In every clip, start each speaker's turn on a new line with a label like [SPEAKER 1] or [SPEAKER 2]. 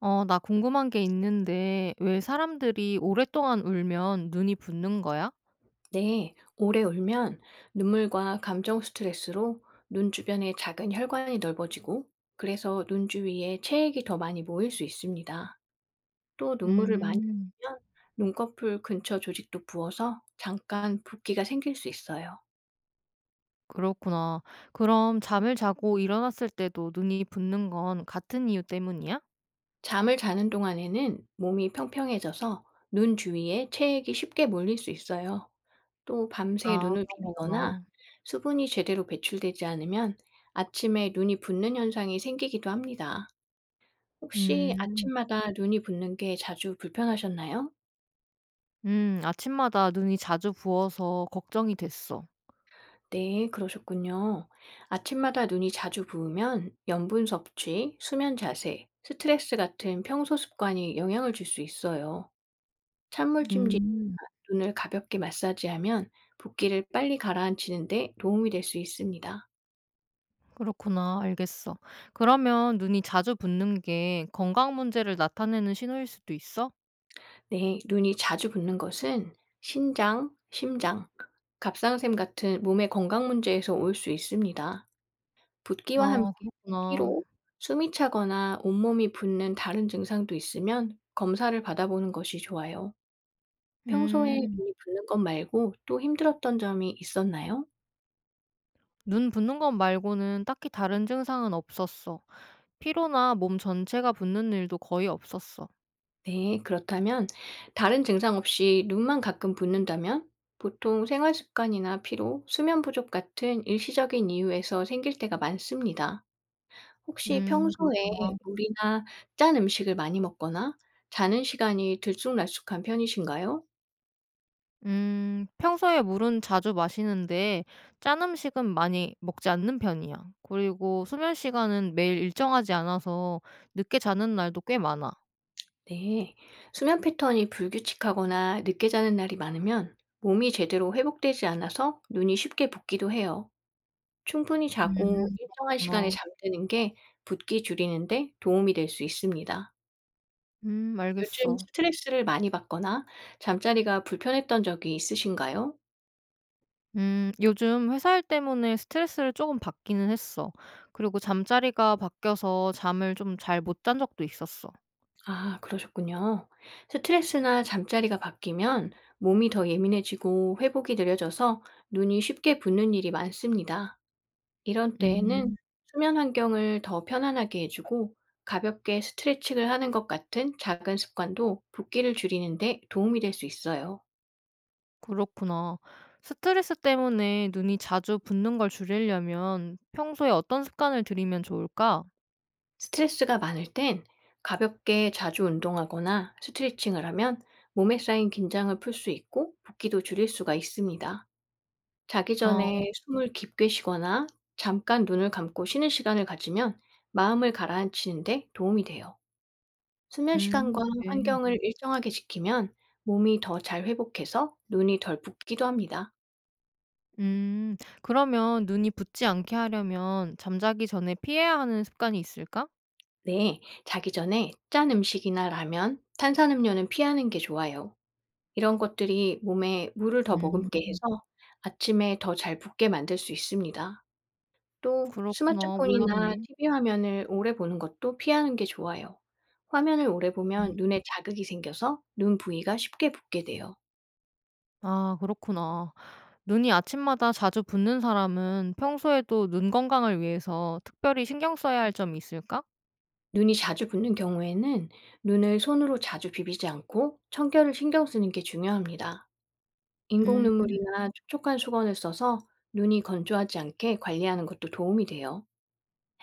[SPEAKER 1] 나 궁금한 게 있는데, 왜 사람들이 오랫동안 울면 눈이 붓는 거야?
[SPEAKER 2] 네, 오래 울면 눈물과 감정 스트레스로 눈 주변의 작은 혈관이 넓어지고, 그래서 눈 주위에 체액이 더 많이 모일 수 있습니다. 또 눈물을 많이
[SPEAKER 1] 음,
[SPEAKER 2] 흘리면 눈꺼풀 근처 조직도 부어서 잠깐 붓기가 생길 수 있어요.
[SPEAKER 1] 그렇구나. 그럼 잠을 자고 일어났을 때도 눈이 붓는 건 같은 이유 때문이야?
[SPEAKER 2] 잠을 자는 동안에는 몸이 평평해져서 눈 주위에 체액이 쉽게 몰릴 수 있어요. 또 밤새
[SPEAKER 1] 아,
[SPEAKER 2] 눈을
[SPEAKER 1] 그런
[SPEAKER 2] 비비거나
[SPEAKER 1] 거구나.
[SPEAKER 2] 수분이 제대로 배출되지 않으면 아침에 눈이 붓는 현상이 생기기도 합니다. 혹시
[SPEAKER 1] 음,
[SPEAKER 2] 아침마다 눈이 붓는 게 자주 불편하셨나요?
[SPEAKER 1] 아침마다 눈이 자주 부어서 걱정이 됐어.
[SPEAKER 2] 네, 그러셨군요. 아침마다 눈이 자주 부으면 염분 섭취, 수면 자세, 스트레스 같은 평소 습관이 영향을 줄 수 있어요. 찬물
[SPEAKER 1] 음.
[SPEAKER 2] 찜질이나 눈을 가볍게 마사지하면 붓기를 빨리 가라앉히는데 도움이 될 수 있습니다.
[SPEAKER 1] 그렇구나. 알겠어. 그러면 눈이 자주 붓는 게 건강 문제를 나타내는 신호일 수도 있어?
[SPEAKER 2] 네, 눈이 자주 붓는 것은 신장, 심장, 갑상샘 같은 몸의 건강 문제에서 올 수 있습니다. 붓기와
[SPEAKER 1] 아,
[SPEAKER 2] 함께
[SPEAKER 1] 그렇구나.
[SPEAKER 2] 피로, 숨이 차거나 온몸이 붓는 다른 증상도 있으면 검사를 받아보는 것이 좋아요. 평소에
[SPEAKER 1] 음.
[SPEAKER 2] 눈이 붓는 것 말고 또 힘들었던 점이 있었나요?
[SPEAKER 1] 눈 붓는 것 말고는 딱히 다른 증상은 없었어. 피로나 몸 전체가 붓는 일도 거의 없었어.
[SPEAKER 2] 네, 그렇다면 다른 증상 없이 눈만 가끔 붓는다면 보통 생활 습관이나 피로, 수면 부족 같은 일시적인 이유에서 생길 때가 많습니다. 혹시 평소에
[SPEAKER 1] 그렇구나.
[SPEAKER 2] 물이나 짠 음식을 많이 먹거나 자는 시간이 들쑥날쑥한 편이신가요?
[SPEAKER 1] 평소에 물은 자주 마시는데 짠 음식은 많이 먹지 않는 편이야. 그리고 수면 시간은 매일 일정하지 않아서 늦게 자는 날도 꽤 많아.
[SPEAKER 2] 네. 수면 패턴이 불규칙하거나 늦게 자는 날이 많으면 몸이 제대로 회복되지 않아서 눈이 쉽게 붓기도 해요. 충분히
[SPEAKER 1] 음,
[SPEAKER 2] 자고
[SPEAKER 1] 그런
[SPEAKER 2] 일정한 시간에
[SPEAKER 1] 거구나.
[SPEAKER 2] 잠드는 게 붓기 줄이는데 도움이 될 수 있습니다. 요즘
[SPEAKER 1] 알겠어.
[SPEAKER 2] 스트레스를 많이 받거나 잠자리가 불편했던 적이 있으신가요?
[SPEAKER 1] 요즘 회사 일 때문에 스트레스를 조금 받기는 했어. 그리고 잠자리가 바뀌어서 잠을 좀 잘 못 잔 적도 있었어.
[SPEAKER 2] 아, 그러셨군요. 스트레스나 잠자리가 바뀌면 몸이 더 예민해지고 회복이 느려져서 눈이 쉽게 붓는 일이 많습니다. 이런 때에는
[SPEAKER 1] 음
[SPEAKER 2] 수면 환경을 더 편안하게 해주고 가볍게 스트레칭을 하는 것 같은 작은 습관도 붓기를 줄이는데 도움이 될 수 있어요.
[SPEAKER 1] 그렇구나. 스트레스 때문에 눈이 자주 붓는 걸 줄이려면 평소에 어떤 습관을 들이면 좋을까?
[SPEAKER 2] 스트레스가 많을 땐 가볍게 자주 운동하거나 스트레칭을 하면 몸에 쌓인 긴장을 풀 수 있고 붓기도 줄일 수가 있습니다. 자기
[SPEAKER 1] 어
[SPEAKER 2] 전에 숨을 깊게 쉬거나 잠깐 눈을 감고 쉬는 시간을 가지면 마음을 가라앉히는데 도움이 돼요. 수면 시간과
[SPEAKER 1] 그래.
[SPEAKER 2] 환경을 일정하게 지키면 몸이 더 잘 회복해서 눈이 덜 붓기도 합니다.
[SPEAKER 1] 그러면 눈이 붓지 않게 하려면 잠자기 전에 피해야 하는 습관이 있을까?
[SPEAKER 2] 네, 자기 전에 짠 음식이나 라면, 탄산음료는 피하는 게 좋아요. 이런 것들이 몸에 물을 더 머금게
[SPEAKER 1] 음
[SPEAKER 2] 해서 아침에 더 잘 붓게 만들 수 있습니다. 또
[SPEAKER 1] 그렇구나.
[SPEAKER 2] 스마트폰이나
[SPEAKER 1] 몰랐네.
[SPEAKER 2] TV 화면을 오래 보는 것도 피하는 게 좋아요. 화면을 오래
[SPEAKER 1] 음.
[SPEAKER 2] 보면 눈에 자극이 생겨서 눈 부위가 쉽게 붓게 돼요.
[SPEAKER 1] 아 그렇구나. 눈이 아침마다 자주 붓는 사람은 평소에도 눈 건강을 위해서 특별히 신경 써야 할 점이 있을까?
[SPEAKER 2] 눈이 자주 붓는 경우에는 눈을 손으로 자주 비비지 않고 청결을 신경 쓰는 게 중요합니다. 인공
[SPEAKER 1] 음.
[SPEAKER 2] 눈물이나 촉촉한 수건을 써서 눈이 건조하지 않게 관리하는 것도 도움이 돼요.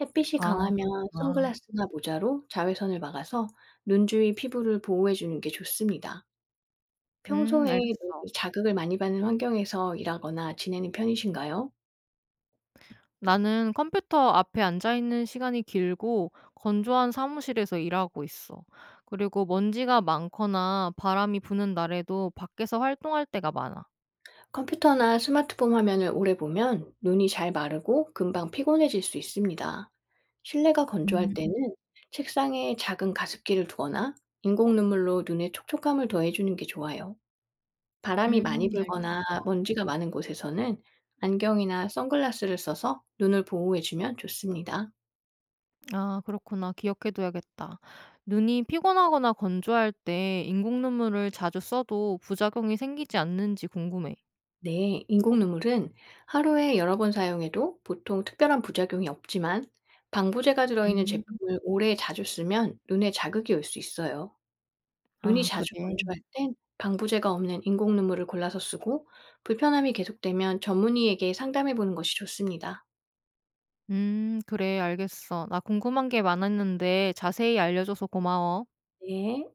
[SPEAKER 2] 햇빛이
[SPEAKER 1] 아
[SPEAKER 2] 강하면
[SPEAKER 1] 그렇구나.
[SPEAKER 2] 선글라스나 모자로 자외선을 막아서 눈 주위 피부를 보호해 주는 게 좋습니다. 평소에
[SPEAKER 1] 알겠어.
[SPEAKER 2] 눈이 자극을 많이 받는 환경에서 일하거나 지내는 편이신가요?
[SPEAKER 1] 나는 컴퓨터 앞에 앉아 있는 시간이 길고 건조한 사무실에서 일하고 있어. 그리고 먼지가 많거나 바람이 부는 날에도 밖에서 활동할 때가 많아.
[SPEAKER 2] 컴퓨터나 스마트폰 화면을 오래 보면 눈이 잘 마르고 금방 피곤해질 수 있습니다. 실내가
[SPEAKER 1] 음,
[SPEAKER 2] 건조할 때는 책상에 작은 가습기를 두거나 인공 눈물로 눈에 촉촉함을 더해주는 게 좋아요. 바람이
[SPEAKER 1] 음,
[SPEAKER 2] 많이
[SPEAKER 1] 알겠어.
[SPEAKER 2] 불거나 먼지가 많은 곳에서는 안경이나 선글라스를 써서 눈을 보호해주면 좋습니다.
[SPEAKER 1] 아, 그렇구나. 기억해둬야겠다. 눈이 피곤하거나 건조할 때 인공 눈물을 자주 써도 부작용이 생기지 않는지 궁금해.
[SPEAKER 2] 네, 인공 눈물은 하루에 여러 번 사용해도 보통 특별한 부작용이 없지만 방부제가 들어있는
[SPEAKER 1] 음,
[SPEAKER 2] 제품을 오래 자주 쓰면 눈에 자극이 올 수 있어요. 눈이
[SPEAKER 1] 아,
[SPEAKER 2] 자주
[SPEAKER 1] 그래.
[SPEAKER 2] 건조할 땐 방부제가 없는 인공 눈물을 골라서 쓰고 불편함이 계속되면 전문의에게 상담해 보는 것이 좋습니다.
[SPEAKER 1] 그래. 알겠어. 나 궁금한 게 많았는데 자세히 알려줘서 고마워.
[SPEAKER 2] 네.